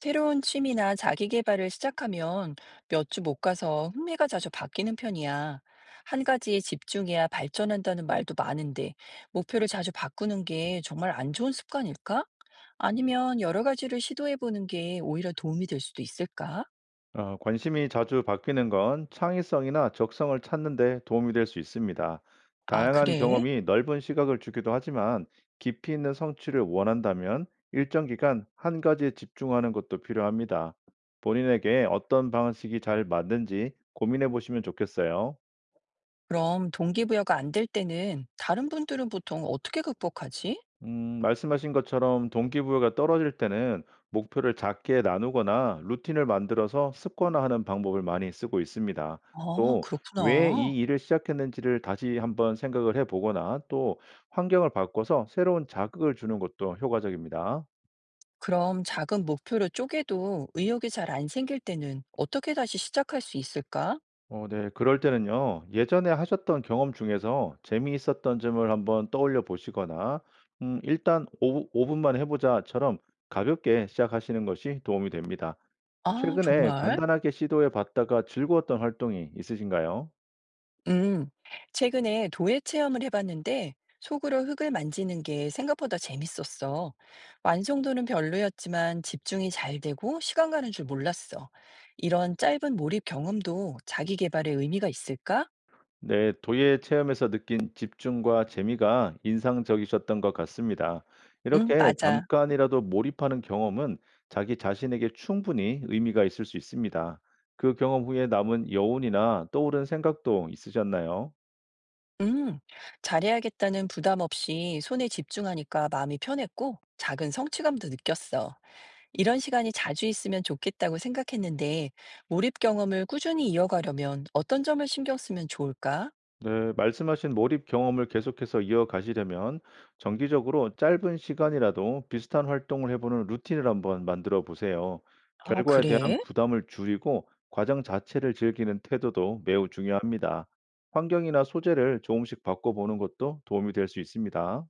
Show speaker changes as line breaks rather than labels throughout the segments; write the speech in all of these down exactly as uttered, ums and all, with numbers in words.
새로운 취미나 자기 개발을 시작하면 몇 주 못 가서 흥미가 자주 바뀌는 편이야. 한 가지에 집중해야 발전한다는 말도 많은데, 목표를 자주 바꾸는 게 정말 안 좋은 습관일까? 아니면 여러 가지를 시도해 보는 게 오히려 도움이 될 수도 있을까?
어, 관심이 자주 바뀌는 건 창의성이나 적성을 찾는 데 도움이 될 수 있습니다.
아,
다양한
그래?
경험이 넓은 시각을 주기도 하지만 깊이 있는 성취를 원한다면 일정 기간 한 가지에 집중하는 것도 필요합니다. 본인에게 어떤 방식이 잘 맞는지 고민해 보시면 좋겠어요.
그럼 동기부여가 안 될 때는 다른 분들은 보통 어떻게 극복하지?
음, 말씀하신 것처럼 동기부여가 떨어질 때는 목표를 작게 나누거나 루틴을 만들어서 습관화하는 방법을 많이 쓰고 있습니다.
아,
또, 왜
그렇구나.
이 일을 시작했는지를 다시 한번 생각을 해보거나 또 환경을 바꿔서 새로운 자극을 주는 것도 효과적입니다.
그럼 작은 목표로 쪼개도 의욕이 잘 안 생길 때는 어떻게 다시 시작할 수 있을까?
어, 네. 그럴 때는요, 예전에 하셨던 경험 중에서 재미있었던 점을 한번 떠올려 보시거나, 음, 일단 오 분만 해보자처럼 가볍게 시작하시는 것이 도움이 됩니다.
아
최근에
정말?
간단하게 시도해 봤다가 즐거웠던 활동이 있으신가요?
음. 최근에 도예 체험을 해 봤는데 속으로 흙을 만지는 게 생각보다 재밌었어. 완성도는 별로였지만 집중이 잘 되고 시간 가는 줄 몰랐어. 이런 짧은 몰입 경험도 자기 개발에 의미가 있을까?
네, 도예 체험에서 느낀 집중과 재미가 인상적이셨던 것 같습니다.
응,
이렇게
맞아.
잠깐이라도 몰입하는 경험은 자기 자신에게 충분히 의미가 있을 수 있습니다. 그 경험 후에 남은 여운이나 떠오른 생각도 있으셨나요?
음. 잘해야겠다는 부담 없이 손에 집중하니까 마음이 편했고 작은 성취감도 느꼈어. 이런 시간이 자주 있으면 좋겠다고 생각했는데, 몰입 경험을 꾸준히 이어가려면 어떤 점을 신경 쓰면 좋을까?
네, 말씀하신 몰입 경험을 계속해서 이어가시려면 정기적으로 짧은 시간이라도 비슷한 활동을 해보는 루틴을 한번 만들어 보세요.
아,
결과에
그래?
대한 부담을 줄이고 과정 자체를 즐기는 태도도 매우 중요합니다. 환경이나 소재를 조금씩 바꿔보는 것도 도움이 될 수 있습니다.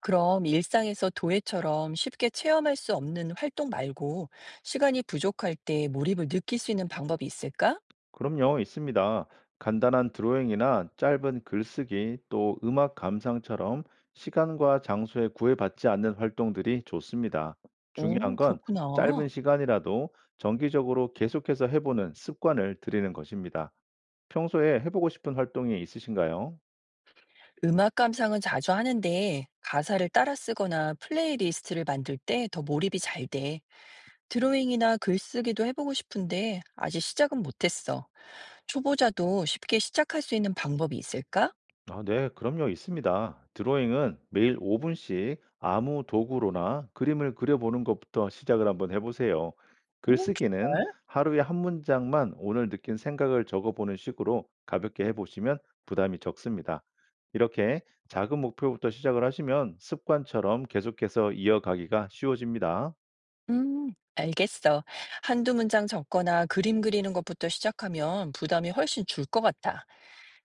그럼 일상에서 도예처럼 쉽게 체험할 수 없는 활동 말고, 시간이 부족할 때 몰입을 느낄 수 있는 방법이 있을까?
그럼요, 있습니다. 간단한 드로잉이나 짧은 글쓰기, 또 음악 감상처럼 시간과 장소에 구애받지 않는 활동들이 좋습니다. 중요한
오,
건
그렇구나.
짧은 시간이라도 정기적으로 계속해서 해보는 습관을 들이는 것입니다. 평소에 해보고 싶은 활동이 있으신가요?
음악 감상은 자주 하는데, 가사를 따라 쓰거나 플레이리스트를 만들 때 더 몰입이 잘 돼. 드로잉이나 글쓰기도 해보고 싶은데, 아직 시작은 못했어. 초보자도 쉽게 시작할 수 있는 방법이 있을까?
아, 네, 그럼요, 있습니다. 드로잉은 매일 오 분씩 아무 도구로나 그림을 그려보는 것부터 시작을 한번 해보세요.
어?
글쓰기는
네?
하루에 한 문장만 오늘 느낀 생각을 적어보는 식으로 가볍게 해보시면 부담이 적습니다. 이렇게 작은 목표부터 시작을 하시면 습관처럼 계속해서 이어가기가 쉬워집니다.
음, 알겠어. 한두 문장 적거나 그림 그리는 것부터 시작하면 부담이 훨씬 줄 것 같아.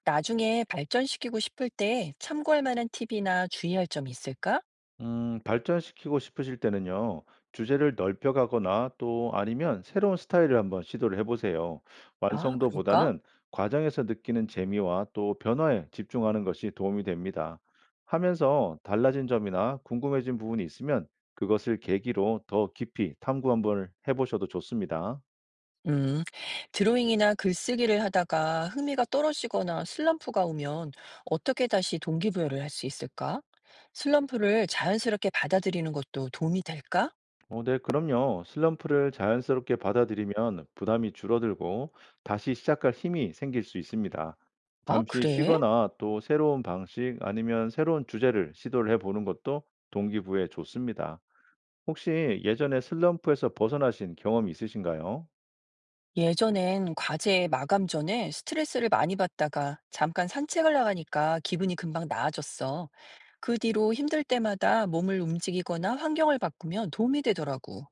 나중에 발전시키고 싶을 때 참고할 만한 팁이나 주의할 점이 있을까?
음, 발전시키고 싶으실 때는요, 주제를 넓혀가거나 또 아니면 새로운 스타일을 한번 시도를 해보세요.
아, 그럴까?
완성도보다는 과정에서 느끼는 재미와 또 변화에 집중하는 것이 도움이 됩니다. 하면서 달라진 점이나 궁금해진 부분이 있으면 그것을 계기로 더 깊이 탐구 한번 해보셔도 좋습니다.
음, 드로잉이나 글쓰기를 하다가 흥미가 떨어지거나 슬럼프가 오면 어떻게 다시 동기부여를 할 수 있을까? 슬럼프를 자연스럽게 받아들이는 것도 도움이 될까?
어, 네, 그럼요. 슬럼프를 자연스럽게 받아들이면 부담이 줄어들고 다시 시작할 힘이 생길 수 있습니다.
아,
잠시
그래?
쉬거나 또 새로운 방식 아니면 새로운 주제를 시도를 해보는 것도 동기부여에 좋습니다. 혹시 예전에 슬럼프에서 벗어나신 경험이 있으신가요?
예전엔 과제 마감 전에 스트레스를 많이 받다가 잠깐 산책을 나가니까 기분이 금방 나아졌어. 그 뒤로 힘들 때마다 몸을 움직이거나 환경을 바꾸면 도움이 되더라고.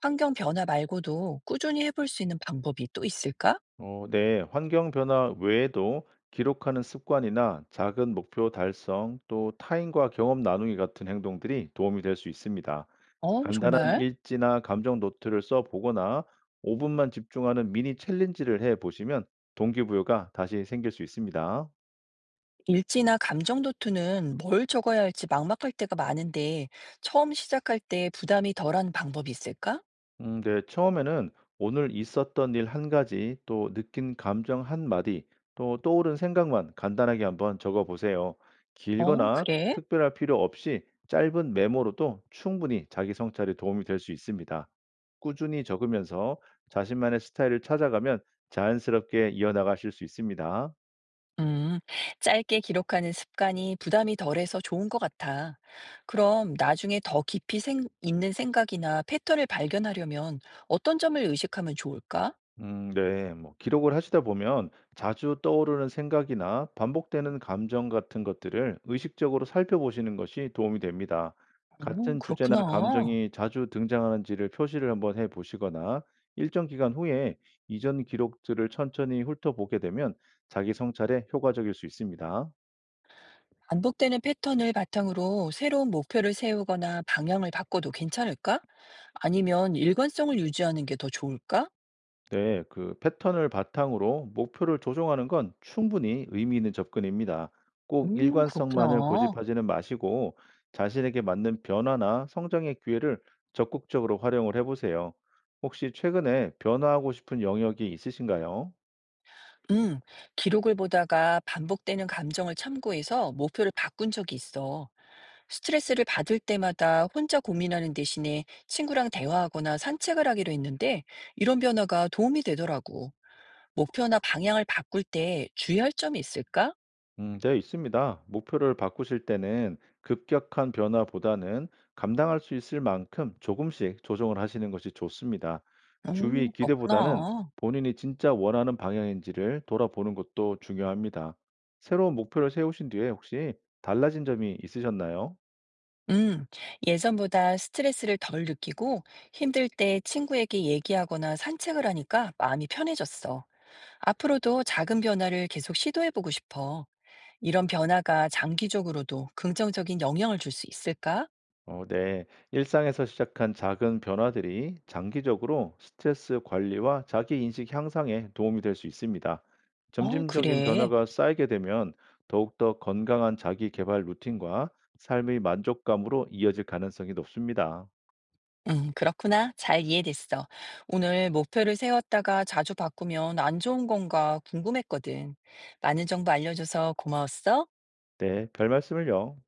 환경 변화 말고도 꾸준히 해볼 수 있는 방법이 또 있을까?
어, 네, 환경 변화 외에도 기록하는 습관이나 작은 목표 달성, 또 타인과 경험 나누기 같은 행동들이 도움이 될 수 있습니다.
어,
간단한
정말?
일지나 감정 노트를 써 보거나 오 분만 집중하는 미니 챌린지를 해 보시면 동기부여가 다시 생길 수 있습니다.
일지나 감정 노트는 뭘 적어야 할지 막막할 때가 많은데 처음 시작할 때 부담이 덜한 방법이 있을까?
음 네. 처음에는 오늘 있었던 일 한 가지, 또 느낀 감정 한 마디, 또 떠오른 생각만 간단하게 한번 적어 보세요.
어,
길거나
그래.
특별할 필요 없이 짧은 메모로도 충분히 자기 성찰에 도움이 될 수 있습니다. 꾸준히 적으면서 자신만의 스타일을 찾아가면 자연스럽게 이어나가실 수 있습니다.
음, 짧게 기록하는 습관이 부담이 덜해서 좋은 것 같아. 그럼 나중에 더 깊이 생, 있는 생각이나 패턴을 발견하려면 어떤 점을 의식하면 좋을까?
음, 네. 뭐, 기록을 하시다 보면 자주 떠오르는 생각이나 반복되는 감정 같은 것들을 의식적으로 살펴보시는 것이 도움이 됩니다.
오,
같은 주제나
그렇구나.
감정이 자주 등장하는지를 표시를 한번 해 보시거나 일정 기간 후에 이전 기록들을 천천히 훑어보게 되면 자기 성찰에 효과적일 수 있습니다.
반복되는 패턴을 바탕으로 새로운 목표를 세우거나 방향을 바꿔도 괜찮을까? 아니면 일관성을 유지하는 게 더 좋을까?
네, 그 패턴을 바탕으로 목표를 조정하는 건 충분히 의미 있는 접근입니다. 꼭
음,
일관성만을
그렇구나.
고집하지는 마시고 자신에게 맞는 변화나 성장의 기회를 적극적으로 활용을 해보세요. 혹시 최근에 변화하고 싶은 영역이 있으신가요?
음, 기록을 보다가 반복되는 감정을 참고해서 목표를 바꾼 적이 있어. 스트레스를 받을 때마다 혼자 고민하는 대신에 친구랑 대화하거나 산책을 하기로 했는데 이런 변화가 도움이 되더라고. 목표나 방향을 바꿀 때 주의할 점이 있을까?
음, 네, 있습니다. 목표를 바꾸실 때는 급격한 변화보다는 감당할 수 있을 만큼 조금씩 조정을 하시는 것이 좋습니다.
음,
주위 기대보다는
그렇구나.
본인이 진짜 원하는 방향인지를 돌아보는 것도 중요합니다. 새로운 목표를 세우신 뒤에 혹시 달라진 점이 있으셨나요?
음, 예전보다 스트레스를 덜 느끼고 힘들 때 친구에게 얘기하거나 산책을 하니까 마음이 편해졌어. 앞으로도 작은 변화를 계속 시도해보고 싶어. 이런 변화가 장기적으로도 긍정적인 영향을 줄 수 있을까?
어, 네. 일상에서 시작한 작은 변화들이 장기적으로 스트레스 관리와 자기 인식 향상에 도움이 될 수 있습니다.
어,
점진적인
그래.
변화가 쌓이게 되면 더욱더 건강한 자기 개발 루틴과 삶의 만족감으로 이어질 가능성이 높습니다.
음, 그렇구나. 잘 이해됐어. 오늘 목표를 세웠다가 자주 바꾸면 안 좋은 건가 궁금했거든. 많은 정보 알려줘서 고마웠어.
네, 별 말씀을요.